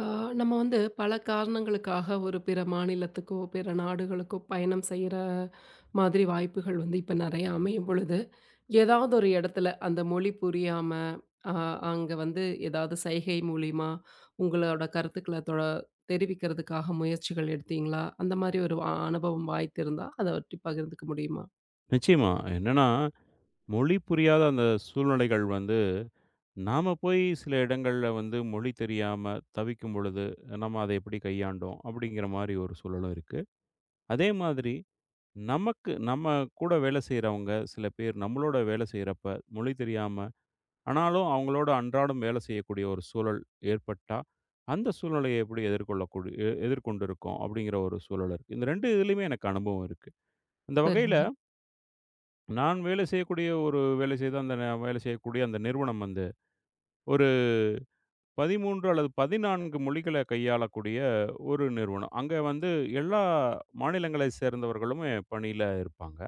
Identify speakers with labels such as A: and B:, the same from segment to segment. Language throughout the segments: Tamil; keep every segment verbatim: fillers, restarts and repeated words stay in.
A: ஆ, நம்ம வந்து பல காரணங்களுக்காக ஒரு பிற மாநிலத்துக்கோ, பிற நாடுகளுக்கோ பயணம் செய்ற மாதிரி வாய்ப்புகள் வந்து இப்ப நெறைய அமையும் பொழுது, ஏதாவது ஒரு இடத்துல அந்த மொழி புரியாம, அ அங்க வந்து ஏதாவது சைகை மூலியமா உங்களோட கருத்துக்கள தொ தெரிவிக்கிறதுக்காக முயற்சிகள் எடுத்தீங்களா? அந்த மாதிரி ஒரு அ அனுபவம் வாய்த்திருந்தா, அத பற்றி பகிர்ந்துக்க முடியுமா?
B: நிச்சயமா. என்னன்னா, மொழி புரியாத அந்த சூழ்நிலைகள் வந்து, நாம போய் சில இடங்கள்ல வந்து மொழி தெரியாம தவிக்கும் பொழுது, நம்ம அதை எப்படி கையாண்டோம்? அப்படிங்கிற மாரி ஒரு சூழலும் இருக்கு. அதே மாதிரி நமக்கு நம்ம கூட வேலை செய்றவங்க சில பேர் நம்மளோட வேலை செய்றப்ப, மொழி தெரியாம ஆனாலும் அவங்களோட அன்றாடம் வேலை செய்யக்கூடிய ஒரு சூழல் ஏற்பட்டா, அந்த சூழ்நிலையை எப்படி எதிர்கொள்ளக்கூடு எ எதிர்கொண்டிருக்கோம்? அப்படிங்கிற ஒரு சூழல் இருக்கு. இந்த ரெண்டு இதுலயுமே எனக்கு அனுபவம் இருக்கு. அந்த வகையில
A: சரிங்க,
B: நான் வேலை செய்யக்கூடிய ஒரு வேலை செய்த அந்த நே வேலை செய்யக்கூடிய அந்த நிறுவனம் வந்து, ஒரு பதிமூன்று அல்லது பதினான்கு மொழிகள கையாளக்கூடிய ஒரு நிறுவனம். அங்க வந்து எல்லா மாநிலங்களை சேர்ந்தவர்களுமே பணியில இருப்பாங்க.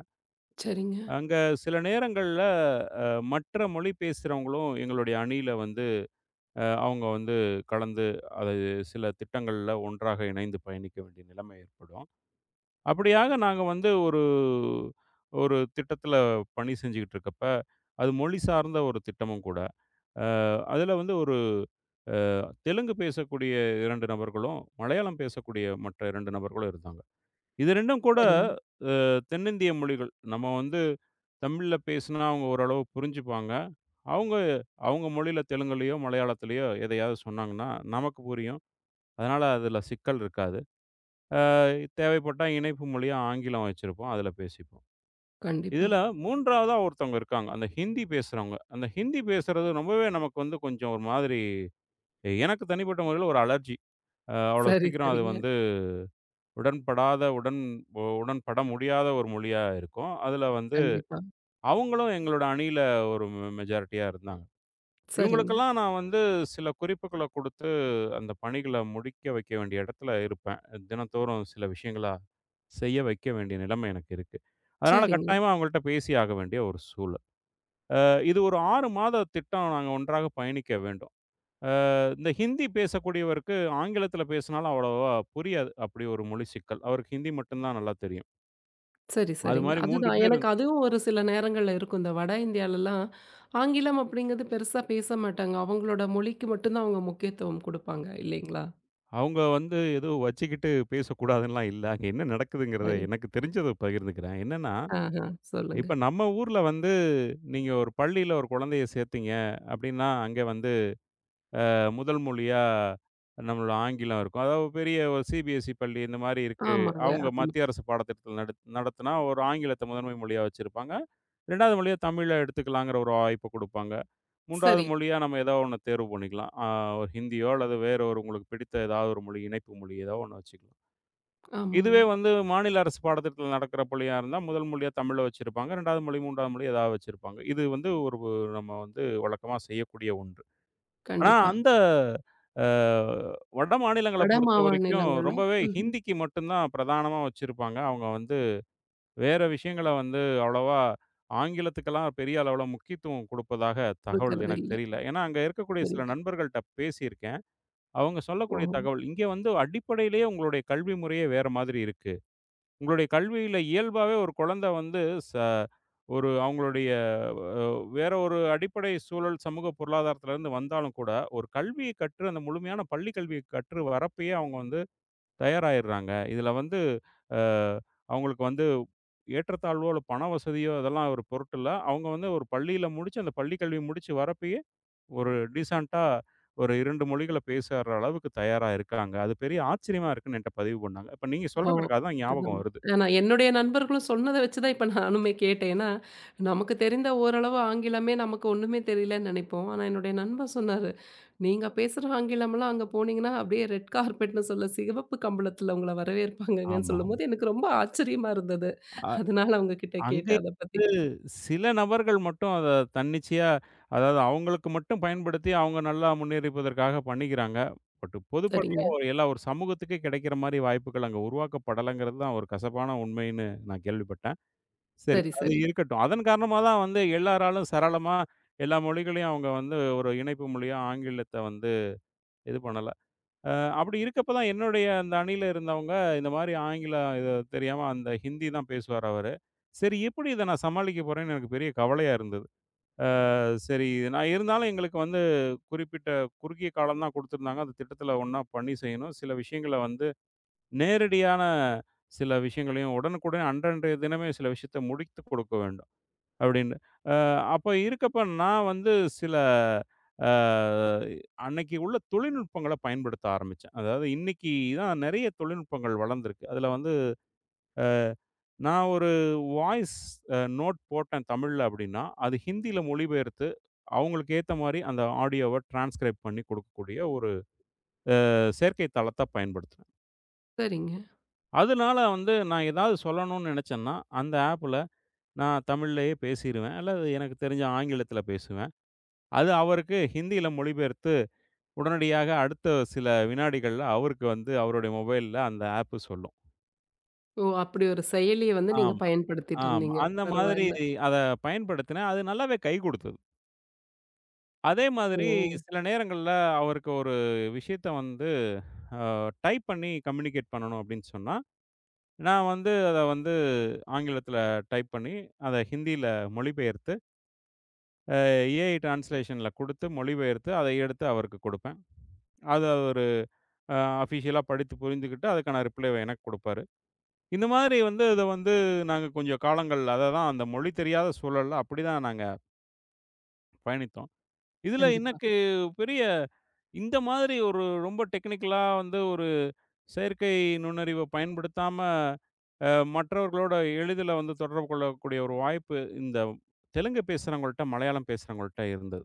A: சரிங்க,
B: அங்க சில நேரங்கள்ல அ மற்ற மொழி பேசுறவங்களும் எங்களுடைய அணியில வந்து அ அவங்க வந்து கலந்து, அது சில திட்டங்கள்ல ஒன்றாக இணைந்து பயணிக்க வேண்டிய நிலைமை ஏற்படும். அப்படியாக நாங்க வந்து ஒரு ஒரு திட்டத்துல பணி செஞ்சுக்கிட்டு இருக்கப்ப, அது மொழி சார்ந்த ஒரு திட்டமும் கூட. அ அதுல வந்து ஒரு தெலுங்கு பேசக்கூடிய ரெண்டு நபர்களும், மலையாளம் பேசக்கூடிய மற்ற ரெண்டு நபர்களும் இருந்தாங்க. இது ரெண்டும் கூட
A: சரிங்க.
B: அ தென்னிந்திய மொழிகள். நம்ம வந்து தமிழ்ல பேசினா அவங்க ஓரளவு புரிஞ்சுப்பாங்க. அவங்க அவங்க மொழியில தெலுங்குலயோ, மலையாளத்திலயோ எதையாவது சொன்னாங்கன்னா, நமக்கு புரியும். அதனால அதுல சிக்கல் இருக்காது. தேவைப்பட்டா இணைப்பு மொழியா ஆங்கிலம் வச்சிருப்போம். அதுல பேசிப்போம்.
A: கண்டிப்பா.
B: இதுல மூணாவதா ஒருத்தவங்க இருக்காங்க. அந்த ஹிந்தி பேசுறவங்க. அந்த ஹிந்தி பேசுறது ரொம்பவே நமக்கு வந்து கொஞ்சம் ஒரு மாதிரி எனக்கு தனிப்பட்ட முறையில ஒரு அலர்ஜி. அ அவ்வளோ
A: சரி,
B: சீக்கிரம் அது
A: சரிங்க.
B: வந்து உடன்படாத உடன் ஒ- உடன்பட முடியாத ஒரு மொழியா இருக்கும். அதுல வந்து
A: கண்டிப்பா.
B: அவங்களும் எங்களோட அணியில ஒரு மெ மெஜாரிட்டியா இருந்தாங்க.
A: சரிங்க,
B: இவங்களுக்கெல்லாம் நான் வந்து சில குறிப்புகள குடுத்து அந்த பணிகள முடிக்க வைக்க வேண்டிய இடத்துல இருப்பேன். தினந்தோறும் சில விஷயங்கள செய்ய வைக்க வேண்டிய நிலைமை எனக்கு இருக்கு. அதனால
A: சரிங்க.
B: கட்டாயமா அவங்கள்ட்ட பேசியாக வேண்டிய ஒரு சூழல். இது ஒரு ஆறு மாத திட்டம் நாங்க ஒன்றாக பயணிக்க வேண்டும். அ இந்த ஹிந்தி பேசக்கூடியவருக்கு ஆங்கிலத்தில பேசினாலும் அவ்வளவா புரியாது. அப்படி ஒரு மொழி சிக்கல். அவருக்கு ஹிந்தி மட்டும் தான் நல்லா தெரியும்.
A: சரி,
B: அது
A: சரிங்க.
B: மாரி மூணு
A: அதுதான்.
B: பேர்
A: எனக்கு அதுவும் ஒரு சில நேரங்கள்ல இருக்கும். இந்த வட இந்தியாலலாம் ஆங்கிலம் அப்படிங்கிறது பெருசா பேச மாட்டாங்க. அவங்களோட மொழிக்கு மட்டும் தான் அவங்க முக்கியத்துவம் குடுப்பாங்க இல்லைங்களா?
B: அவங்க வந்து எதுவும் வச்சுக்கிட்டு பேசக்கூடாதுன்னுலாம் இல்ல. அங்க என்ன நடக்குதுங்கிறத
A: சரி.
B: எனக்கு தெரிஞ்சத பகிர்ந்துக்கிறேன். என்னன்னா,
A: ஆஹா. சொல்லுங்க.
B: இப்ப நம்ம ஊர்ல வந்து நீங்க ஒரு பள்ளியில ஒரு குழந்தைய சேர்த்தீங்க அப்படின்னா, அங்க வந்து முதல் மொழியா நம்மளோட ஆங்கிலம் இருக்கும். அதாவது பெரிய ஒரு சிபிஎஸ்இ பள்ளி இந்த மாரி இருக்கு.
A: ஆமாங்க.
B: அவங்க
A: ஆமா.
B: மத்திய அரசு பாடத்திட்டத்தில நட நடத்துனா ஒரு ஆங்கிலத்த முதன்மை மொழியா வச்சிருப்பாங்க. ரெண்டாவது மொழியா தமிழ எடுத்துக்கலாங்கிற ஒரு வாய்ப்பு குடுப்பாங்க. மூணாவது
A: சரி.
B: மொழியா நம்ம ஏதோ ஒண்ணு தேர்வு பண்ணிக்கலாம். ஆ ஒரு ஹிந்தியோ அல்லது வேற ஒரு உங்களுக்கு பிடித்த ஏதாவது ஒரு மொழி, இணைப்பு மொழி ஏதோ ஒண்ணு வச்சுக்கலாம்.
A: ஆமாங்க.
B: இதுவே வந்து மாநில அரசு பாடத்திட்டத்தில நடக்கிற பள்ளியா இருந்தா, முதல் மொழியா தமிழ வச்சிருப்பாங்க. 2வது மொழி, மூணாவது மொழி ஏதாவது வச்சிருப்பாங்க. இது வந்து ஒரு நம்ம வந்து வழக்கமா செய்யக்கூடிய ஒன்று. ஆனா,
A: கண்டிப்பா.
B: அந்த அ வட மாநிலங்கள
A: வட
B: பொறுத்தவரைக்கும்
A: மாநிலங்கள்ல
B: ரொம்பவே
A: ம்ஹ்ம்.
B: ஹிந்திக்கு மட்டும் தான் பிரதானமா வச்சிருப்பாங்க. அவங்க வந்து வேற விஷயங்கள வந்து அவ்வளவா ஆங்கிலத்துக்கெல்லாம் பெரிய அளவுல முக்கியத்துவம் குடுப்பதாக தகவல்
A: குடுக்கறது
B: எனக்கு
A: இல்ல.
B: தெரியல. ஏன்னா, அங்க இருக்கக்கூடிய சில
A: சரிங்க.
B: நண்பர்கள்ட்ட பேசியிருக்கேன். அவங்க சொல்லக்கூடிய
A: ஓஹோ!
B: தகவல், "இங்க வந்து அடிப்படையிலேயே உங்களுடைய கல்வி முறையே வேற மாதிரி இருக்கு." உங்களுடைய கல்வியில இயல்பாவே ஒரு குழந்தை வந்து ச ஒரு அவங்களுடைய அ வேற ஒரு அடிப்படை சூழல் சமூக பொருளாதாரத்திலேருந்து வந்தாலும் கூட, ஒரு கல்விய கற்று அந்த முழுமையான பள்ளி கல்விய கற்று வரப்பயே அவங்க வந்து தயாராயிடுறாங்க. இதில வந்து அ அவங்களுக்கு வந்து ஏற்றத்தாழ்வோ, இல்ல பண வசதியோ அதெல்லாம் ஒரு பொருட்டில்ல. அவங்க வந்து ஒரு பள்ளியில முடிச்சு, அந்த பள்ளி கல்வி முடிச்சு வரப்பயே ஒரு டீசென்ட்டா ஒரு ரெண்டு மொழிகள பேசுற அளவுக்கு தயாரா இருக்காங்க. அது பெரிய ஆச்சரியமா இருக்குன்னு என்ட்ட பதிவு பண்ணாங்க. இப்ப நீங்க
A: ஓ!
B: சொல்றப்ப எனக்கு அதான்
A: அதுதான்.
B: ஞாபகம் வருது.
A: ஆனா என்னுடைய நண்பர்களும் சொன்னத வச்சு தான் இப்ப நானுமே கேட்டேன். ஏன்னா, நமக்கு தெரிந்த ஓரளவு ஆங்கிலமே நமக்கு ஒண்ணுமே தெரியலன்னு நெனைப்போம். ஆனா என்னுடைய நண்பர் சொன்னாரு, "நீங்க பேசுற ஆங்கிலம்லாம் அங்க போனீங்கன்னா, அப்படியே ரெட் கார்பெட்ன்னு சொல்ல சிகப்பு கம்பளத்துல உங்கள வரவேற்பாங்கங்கன்னு"
B: ஆமா, ஆமா.
A: சொல்லும்போது எனக்கு ரொம்ப ஆச்சரியமா இருந்தது.
B: அ
A: அதனால அவங்க கிட்ட
B: அங்கே
A: கேட்டேன் அத பத்தி.
B: வந்து சில நபர்கள் மட்டும் அத தன்னிச்சையா, அதாவது அவங்களுக்கு மட்டும் பயன்படுத்தி, அவங்க நல்லா முன்னேறிப்பதற்காக பண்ணிக்கிறாங்க. பட் பொதுப்படையா
A: சரிங்க.
B: ஒரு எல்லா ஒரு சமூகத்துக்கே கிடைக்கிற மாரி வாய்ப்புகள் அங்க உருவாக்கப்படலங்கிறது தான் ஒரு கசப்பான உண்மைன்னு நான் கேள்விப்பட்டேன். சரி,
A: சரி,
B: அது
A: சரி.
B: இருக்கட்டும். அதன் காரணமா தான் வந்து எல்லாராலும் சரளமா எல்லா மொழிகளையும் அவங்க வந்து ஒரு இணைப்பு மொழியா ஆங்கிலத்த வந்து இது பண்ணல. அ அப்படி இருக்கப்ப தான் என்னுடைய அந்த அணியில இருந்தவங்க, இந்த மாரி ஆங்கிலம் இது தெரியாம அந்த ஹிந்தி தான் பேசுவாரு அவரு. சரி எப்படி இத நான் சமாளிக்க போறேன்னு எனக்கு பெரிய கவலையா இருந்தது. அ சரி இது நான் இருந்தாலும் எங்களுக்கு வந்து குறிப்பிட்ட குறுகிய காலம் தான் குடுத்திருந்தாங்க. அந்த திட்டத்தில ஒண்ணா பண்ணி செய்யணும். சில விஷயங்கள வந்து நேரடியான சில விஷயங்களையும் உடனுக்குடன் அன்றன்றைய தினமே சில விஷயத்த முடித்துக் கொடுக்க வேண்டும். அப்படின்னு. அ அப்ப இருக்கப்ப நான் வந்து சில அ அன்னைக்கு உள்ள தொழில்நுட்பங்கள பயன்படுத்த ஆரம்பிச்சேன். அதாவது இன்னைக்கு தான் நெறைய தொழில்நுட்பங்கள் வளர்ந்திருக்கு. அதுல வந்து அ நான் ஒரு வாய்ஸ் அ நோட் போட்டேன் தமிழ்ல அப்படின்னா, அது ஹிந்தியில மொழிபெயர்த்து அவங்களுக்கு ஏத்த மாரி அந்த ஆடியோவ டிரான்ஸ்கிரைப் பண்ணி கொடுக்கக்கூடிய ஒரு அஹ், செயற்கை தளத்த பயன்படுத்துனேன்.
A: சரிங்க.
B: அதனால வந்து நான் ஏதாவது சொல்லணும்னு நெனச்சேன்னா, அந்த ஆப்ல நான் தமிழ்லயே பேசிருவேன். அல்லது எனக்கு தெரிஞ்ச ஆங்கிலத்தில பேசுவேன். அது அவருக்கு ஹிந்தியில மொழிபெயர்த்து, உடனடியாக அடுத்த சில வினாடிகள்ல அவருக்கு வந்து அவருடைய மொபைல்ல அந்த ஆப் சொல்லும்.
A: ஓ! அப்படி ஒரு செயலிய வந்து நீங்க
B: ஆமா,
A: பயன்படுத்திட்டு
B: ஆமா.
A: இருந்தீங்க.
B: அந்த மாதிரி
A: பரவாயில்ல.
B: அத பயன்படுத்தினேன். அது நல்லாவே கை குடுத்தது. அதே
A: ஓ!
B: மாதிரி சில நேரங்கள்ல அவருக்கு ஒரு விஷயத்த வந்து அ டைப் பண்ணி கம்யூனிகேட் பண்ணணும் அப்படின்னு சொன்னா, நான் வந்து அத வந்து ஆங்கிலத்தில டைப் பண்ணி, அத ஹிந்தியில மொழிபெயர்த்து, ஏஐ டிரான்ஸ்லேஷன்ல குடுத்து மொழிபெயர்த்து, அதை எடுத்து அவருக்கு குடுப்பேன். அது அவரு அ அஃபிஷியலா படித்து புரிந்துகிட்டு, அதுக்கான ரிப்ளேவ எனக்கு குடுப்பாரு. இந்த மாதிரி வந்து இத வந்து நாங்க கொஞ்சம் காலங்கள் அததான் அந்த மொழி தெரியாத சூழல்ல அப்படிதான் நாங்க பயணித்தோம். இதுல ம்.
A: கண்டிப்பா.
B: எனக்கு பெரிய இந்த மாதிரி ஒரு ரொம்ப டெக்னிக்கலா வந்து ஒரு செயற்கை நுண்ணறிவ பயன்படுத்தாம, அ மற்றவர்களோட எளிதில வந்து தொடர்பு கொள்ளக்கூடிய ஒரு வாய்ப்பு இந்த தெலுங்கு பேசுறவங்கள்ட்ட, மலையாளம் பேசுறவங்கள்ட்ட இருந்தது.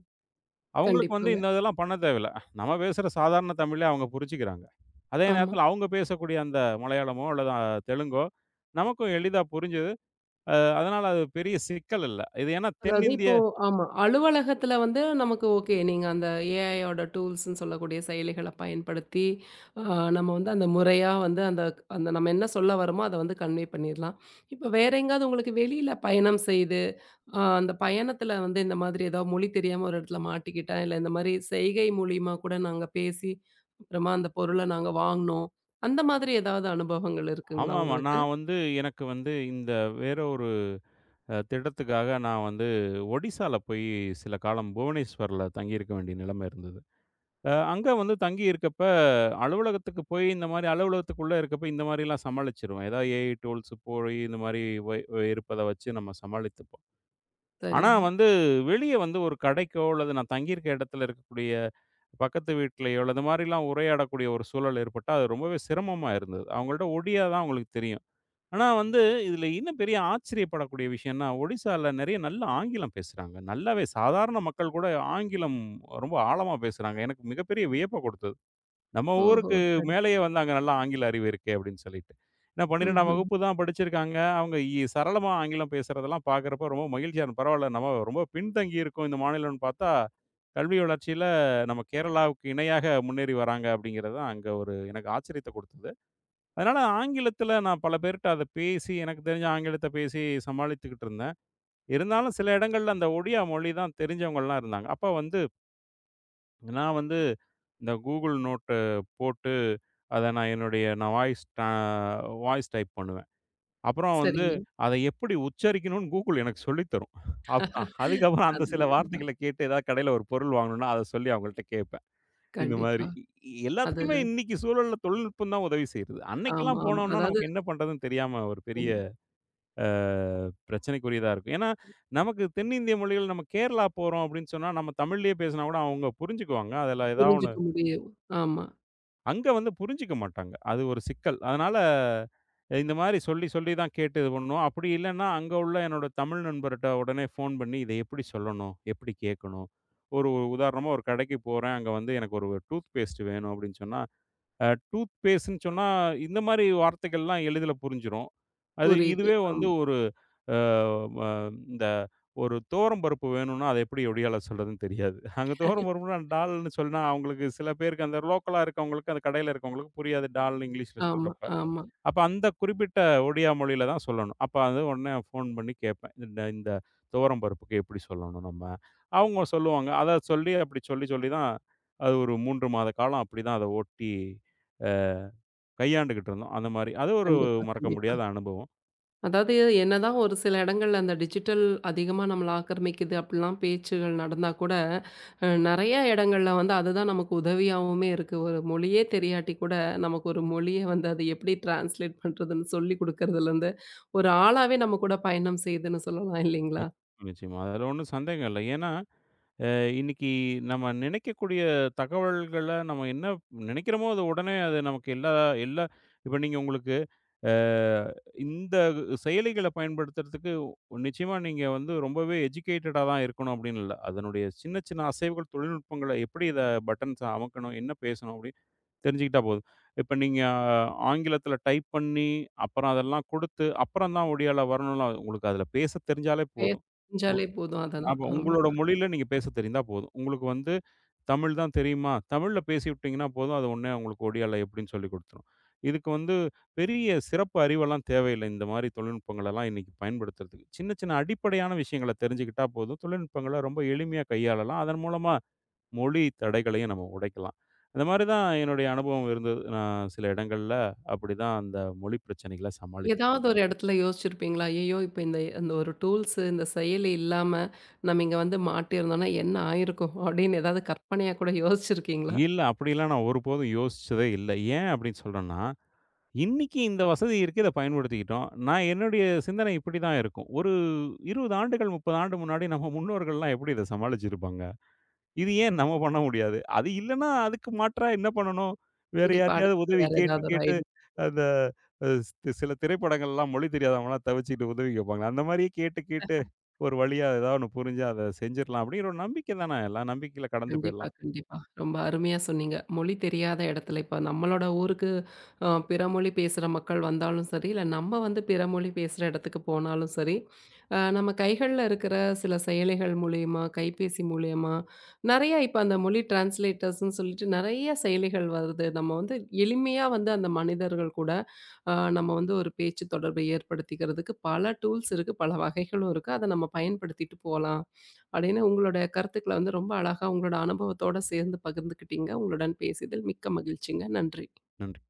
B: அவங்களுக்கு வந்து
A: கண்டிப்பாங்க.
B: இந்த இதெல்லாம் பண்ண தேவையில்ல. நம்ம பேசுற சாதாரண தமிழே அவங்க புரிஞ்சுக்கிறாங்க. அதே
A: ஆமா.
B: நேரத்தில அவங்க பேசக்கூடிய அந்த மலையாளமோ அல்லது அ தெலுங்கோ நமக்கும் எளிதா புரிஞ்சது. அதனால அது பெரிய சிக்கல் இல்ல. இது ஏன்னா
A: அதாவது
B: தென்னிந்திய
A: இப்போ ஆமா. அலுவலகத்துல வந்து நமக்கு ஓகே. நீங்க அந்த ஏஐ யோட டூல்ஸ்ன்னு சொல்லக்கூடிய செயலிகள பயன்படுத்தி, அ நம்ம வந்து அந்த முறையா வந்து அந்த அந்த நம்ம என்ன சொல்ல வரோமோ, அத வந்து கன்வே பண்ணிர்லாம். இப்ப வேற எங்கேயாவது உங்களுக்கு வெளியில பயணம் செய்து, அ அந்த பயணத்துல வந்து இந்த மாதிரி ஏதாவது மொழி தெரியாம ஒரு இடத்துல மாட்டிக்கிட்டேன், இல்ல இந்த மாரி செய்கை மூலியமா கூட நாங்க பேசி, அப்புறமா அந்த பொருள நாங்க வாங்குனோம். அந்த மாதிரி ஏதாவது அனுபவங்கள் இருக்குங்களா
B: ஆமாமா.
A: உங்களுக்கு?
B: நான் வந்து எனக்கு வந்து இந்த வேற ஒரு அ திட்டத்துக்காக நான் வந்து ஒடிசால போய் சில காலம் புவனேஸ்வர்ல தங்கியிருக்க வேண்டிய நிலைமை இருந்தது. அ அங்க வந்து தங்கி இருக்கப்ப, அலுவலகத்துக்கு போய் இந்த மாரி அலுவலகத்துக்குள்ள இருக்கப்ப இந்த மாரிலாம் சமாளிச்சுருவேன். ஏதாவது ஏஐ டூல்ஸ் போய் இந்த மாரி வை இருப்பத வச்சு நம்ம சமாளித்துப்போம். ஆனா
A: சரிங்க.
B: வந்து வெளிய வந்து ஒரு கடைக்கோ, அல்லது நான் தங்கியிருக்க இடத்துல இருக்கக்கூடிய பக்கத்து வீட்லயோ, அல்லது இந்த மாரிலாம் உரையாடக்கூடிய ஒரு சூழல் ஏற்பட்டா, அது ரொம்பவே சிரமமா இருந்தது. அவங்கள்ட்ட ஒடியா தான் அவங்களுக்கு தெரியும். ஆனா வந்து இதுல இன்னும் பெரிய ஆச்சரியப்படக்கூடிய விஷயம்னா, ஒடிசால நெறைய நல்ல ஆங்கிலம் பேசுறாங்க. நல்லாவே சாதாரண மக்கள் கூட ஆங்கிலம் ரொம்ப ஆழமா பேசுறாங்க. எனக்கு மிகப்பெரிய வியப்ப குடுத்தது. நம்ம
A: ஓஹோ!
B: ஊருக்கு
A: சரி.
B: மேலேயே வந்து அங்க நல்லா ஆங்கில அறிவு இருக்கே அப்படின்னு சொல்லிட்டு. ஏன்னா பன்னிரண்டாம்
A: ம்ஹ்ம்.
B: வகுப்பு தான் படிச்சிருக்காங்க. அவங்க இ சரளமா ஆங்கிலம் பேசுறதெல்லாம் பார்க்குறப்போ ரொம்ப மகிழ்ச்சியா இருக்கும். பரவால்ல நம்ம ரொம்ப பின்தங்கி இருக்கோம் இந்த மாநிலம்னு பார்த்தா, கல்வி வளர்ச்சியில நம்ம கேரளாவுக்கு இணையாக முன்னேறி வராங்க அப்படிங்கிறது தான் அங்க ஒரு எனக்கு ஆச்சரியத்த குடுத்தது. அதனால ஆங்கிலத்தில நான் பல பேர்ட்ட அத பேசி எனக்கு தெரிஞ்ச ஆங்கிலத்த பேசி சமாளித்துக்கிட்டு இருந்தேன். இருந்தாலும் சில இடங்கள்ல அந்த ஒடியா மொழி தான் தெரிஞ்சவங்கலாம் இருந்தாங்க. அப்ப வந்து நான் வந்து இந்த கூகுள் நோட்டு போட்டு அத நான் என்னுடைய நான் வாய்ஸ் டா வாய்ஸ் டைப் பண்ணுவேன். அப்புறம் வந்து
A: சரிங்க.
B: அத எப்படி உச்சரிக்கணும்னு கூகுள் எனக்கு சொல்லி தரும். அப் அதுக்கப்புறம் அந்த
A: அது
B: சில வார்த்தைகள கேட்டு ஏதாவது கடையில ஒரு பொருள் வாங்கணும்னா, அத சொல்லி அவங்கள்ட்ட கேட்பேன். இந்த மாதிரி
A: கண்டிப்பா.
B: இ இ-
A: அது
B: எல்லாத்துக்குமே இன்னைக்கு சூழல்ல தொழில்நுட்பம் தான் உதவி செய்யுது.
A: ஆமா,
B: அன்னைக்கெல்லாம்
A: ஆமா.
B: போனோம்னா
A: அதாவது
B: நமக்கு என்ன பண்றதுன்னு தெரியாம ஒரு பெரிய
A: ம்
B: அ பிரச்சனைக்குரியதா இருக்கும். ஏன்னா, நமக்கு தென்னிந்திய மொழிகள் நம்ம கேரளா போறோம் அப்படின்னு சொன்னா, நம்ம தமிழ்லயே பேசினா கூட அவங்க புரிஞ்சுக்குவாங்க. அதுல ஏதாவது ஒண்ணு
A: புரிஞ்சுக்க முடியும். ஆமா.
B: அங்க வந்து புரிஞ்சுக்க மாட்டாங்க. அது ஒரு சிக்கல். அதனால இந்த மாரி சொல்லி, சொல்லி தான் கேட்டு இது பண்ணணும். அப்படி இல்லன்னா, அங்க உள்ள என்னோட தமிழ் நண்பர்ட்ட உடனே ஃபோன் பண்ணி, இத எப்படி சொல்லணும்? எப்படி கேட்கணும்? ஒரு உதாரணமா ஒரு கடைக்கு போறேன். அங்க வந்து எனக்கு ஒரு டூத் பேஸ்ட் வேணும் அப்படின்னு சொன்னா, அ டூத் பேஸ்ட்ன்னு சொன்னா, இந்த மாரி வார்த்தைகள்லாம் எளிதில புரிஞ்சிரும். அது
A: புரியுது.
B: இதுவே
A: ஆமா,
B: வந்து ஒரு அ ம இந்த ஒரு துவரம் பருப்பு வேணும்னா, அத எப்படி ஒடியால சொல்றதுன்னு தெரியாது. அங்க துவரம் பருப்புனா டால்ன்னு சொன்னா, அவங்களுக்கு சில பேருக்கு அந்த லோக்கலா இருக்கவங்களுக்கு, அந்த கடையில இருக்கவங்களுக்கு புரியாது. டால்ன்னு இங்கிலீஷ்ல
A: ஆமா,
B: சொல்றப்ப.
A: ஆமா.
B: அப்ப அந்த குறிப்பிட்ட ஒடியா மொழியில தான் சொல்லணும். அப்ப அது உடனே ஃபோன் பண்ணி கேட்பேன். இந்த இந்த துவரம் பருப்புக்கு எப்படி சொல்லணும் நம்ம? அவங்க சொல்லுவாங்க. அத சொல்லி அப்படி சொல்லி சொல்லி தான் அது ஒரு மூணு மாத காலம் அப்படிதான் அத ஓட்டி அ கையாண்டுகிட்டு இருந்தோம். அந்த மாரி. அது ஒரு
A: கண்டிப்பா,
B: மறக்க முடியாத
A: கண்டிப்பா.
B: அனுபவம்.
A: அதாவது என்னதான் ஒரு சில இடங்கள்ல அந்த டிஜிட்டல் அதிகமா நம்மள ஆக்கிரமிக்குது அப்படிலாம் பேச்சுகள் நடந்தா கூட, அ நெறைய இடங்கள்ல வந்து அதுதான் நமக்கு உதவியாவுமே இருக்கு. ஒரு மொழியே தெரியாட்டி கூட நமக்கு ஒரு மொழிய வந்து அது எப்படி டிரான்ஸ்லேட் பண்றதுன்னு சொல்லிக் குடுக்கறதுலருந்து, ஒரு ஆளாவே நம்ம கூட பயணம் செய்யுதுன்னு சொல்லலாம் இல்லைங்களா?
B: நிச்சயமா, நிச்சயமா. அதுல ஒண்ணும் சந்தேகம் இல்ல. ஏன்னா, அ இன்னைக்கு நம்ம நினைக்கக்கூடிய தகவல்கள நம்ம என்ன நினைக்கிறோமோ, அது உடனே அது நமக்கு எல்லா எல்லா இப்ப நீங்க உங்களுக்கு அ இந்த செயலிகள பயன்படுத்துறதுக்கு நிச்சயமா நீங்க வந்து ரொம்பவே எஜுகேட்டடா தான் இருக்கணும் அப்படின்னு இல்ல. அதனுடைய சின்ன சின்ன அசைவுகள், தொழில்நுட்பங்கள எப்படி இத பட்டன்ஸ அமுக்கணும், என்ன பேசணும் அப்படின்னு தெரிஞ்சுக்கிட்டா போதும். இப்ப நீங்க ஆங்கிலத்துல டைப் பண்ணி, அப்புறம் அதெல்லாம் குடுத்து, அப்புறம் தான் ஒடியால வரணும்லாம் உங்களுக்கு அதுல பேசத் தெரிஞ்சாலே
A: பேச
B: போதும். ஒ
A: தெரிஞ்சாலே போதும் அதெல்லாம்.
B: அப்ப
A: ஆமா.
B: உங்களோட மொழியில நீங்க பேச தெரிந்தா போதும். உங்களுக்கு வந்து தமிழ் தான் தெரியுமா? தமிழ்ல பேசிவிட்டீங்கன்னா போதும். அது உடனே உங்களுக்கு ஒடியால எப்படின்னு சொல்லிக் குடுத்துரும். இதுக்கு வந்து பெரிய சிறப்பு அறிவெல்லாம் தேவையில்ல. இந்த மாரி தொழில்நுட்பங்களெல்லாம் இன்னைக்கு பயன்படுத்துறதுக்கு. சின்ன சின்ன அடிப்படையான விஷயங்கள தெரிஞ்சுக்கிட்டா போதும். தொழில்நுட்பங்கள ரொம்ப எளிமையா கையாளலாம். அதன் மூலமா மொழி தடைகளையும் நம்ம உடைக்கலாம். அந்த மாரி தான் என்னுடைய அனுபவம் இருந்தது. நான் சில இடங்கள்ல அப்படிதான் அந்த மொழி பிரச்சனைகள சமாளித்தேன்.
A: ஏதாவது ஒரு இடத்துல யோசிச்சிருப்பீங்களா? ஐயய்யோ! இப்ப இந்த இந்த ஒரு டூல்ஸ் இந்த செயலி இல்லாம நம்ம இங்க வந்து மாட்டியிருந்தோம்னா என்ன ஆயிருக்கும்? அப்படின்னு ஏதாவது கற்பனையா கூட யோசிச்சிருக்கீங்களா?
B: இல்ல அப்படிலாம் நான் ஒருபோதும் யோசிச்சதே இல்ல. ஏன் அப்படின்னு சொல்றேன்னா இன்னைக்கு இந்த வசதி இருக்கு. இத பயன்படுத்திக்கிட்டோம். நான் என்னுடைய சிந்தனை இப்படி தான் இருக்கும். ஒரு இருபது ஆண்டுகள், முப்பது ஆண்டு முன்னாடி நம்ம முன்னோர்கள்லாம் எப்படி இத சமாளிச்சிருப்பாங்க? இது ஏன் நம்ம பண்ண முடியாது? அது இல்லன்னா அதுக்கு மாற்றா என்ன பண்ணணும்? வேற
A: கண்டிப்பா
B: யார்ட்டயாவது
A: அடுத்தது
B: உதவி
A: வேற
B: கேட்டு
A: ஏதாவது ஒரு
B: கேட்டு
A: ஐடியா
B: அந்த அ சி சில திரைப்படங்கள்லாம் மொழி தெரியாதவங்கலாம் தவிச்சுக்கிட்டு உதவி கேட்பாங்க. அந்த மாரியே கேட்டு கேட்டு ஒரு வழியா ஏதாவது ஒண்ணு புரிஞ்சு அத செஞ்சிரலாம் அப்படிங்கிற ஒரு நம்பிக்கை தானே. எல்லா நம்பிக்கையில கடந்து
A: கண்டிப்பா,
B: போயிரலாம்.
A: கண்டிப்பா. ரொம்ப அருமையா சொன்னீங்க. மொழி தெரியாத இடத்துல இப்ப நம்மளோட ஊருக்கு அ பிற மொழி பேசுற மக்கள் வந்தாலும் சரி, இல்ல நம்ம வந்து பிற மொழி பேசுற இடத்துக்கு போனாலும் சரி, அ நம்ம கைகள்ல இருக்கிற சில செயலிகள் மூலியமா, கைபேசி மூலியமா நெறைய இப்ப அந்த மொழி டிரான்ஸ்லேட்டர்ஸ்ன்னு சொல்லிட்டு நெறைய செயலிகள் வருது. நம்ம வந்து எளிமையா வந்து அந்த மனிதர்கள் கூட அ நம்ம வந்து ஒரு பேச்சு தொடர்பை ஏற்படுத்திக்கிறதுக்கு பல டூல்ஸ் இருக்கு, பல வகைகளும் இருக்கு. அத நம்ம பயன்படுத்திட்டு போலாம். அப்படின்னு உங்களோட கருத்துக்களை வந்து ரொம்ப அழகா உங்களோட அனுபவத்தோட சேர்ந்து பகிர்ந்துக்கிட்டீங்க. உங்களுடன் பேசியதில் மிக்க மகிழ்ச்சிங்க. நன்றி.
B: நன்றி.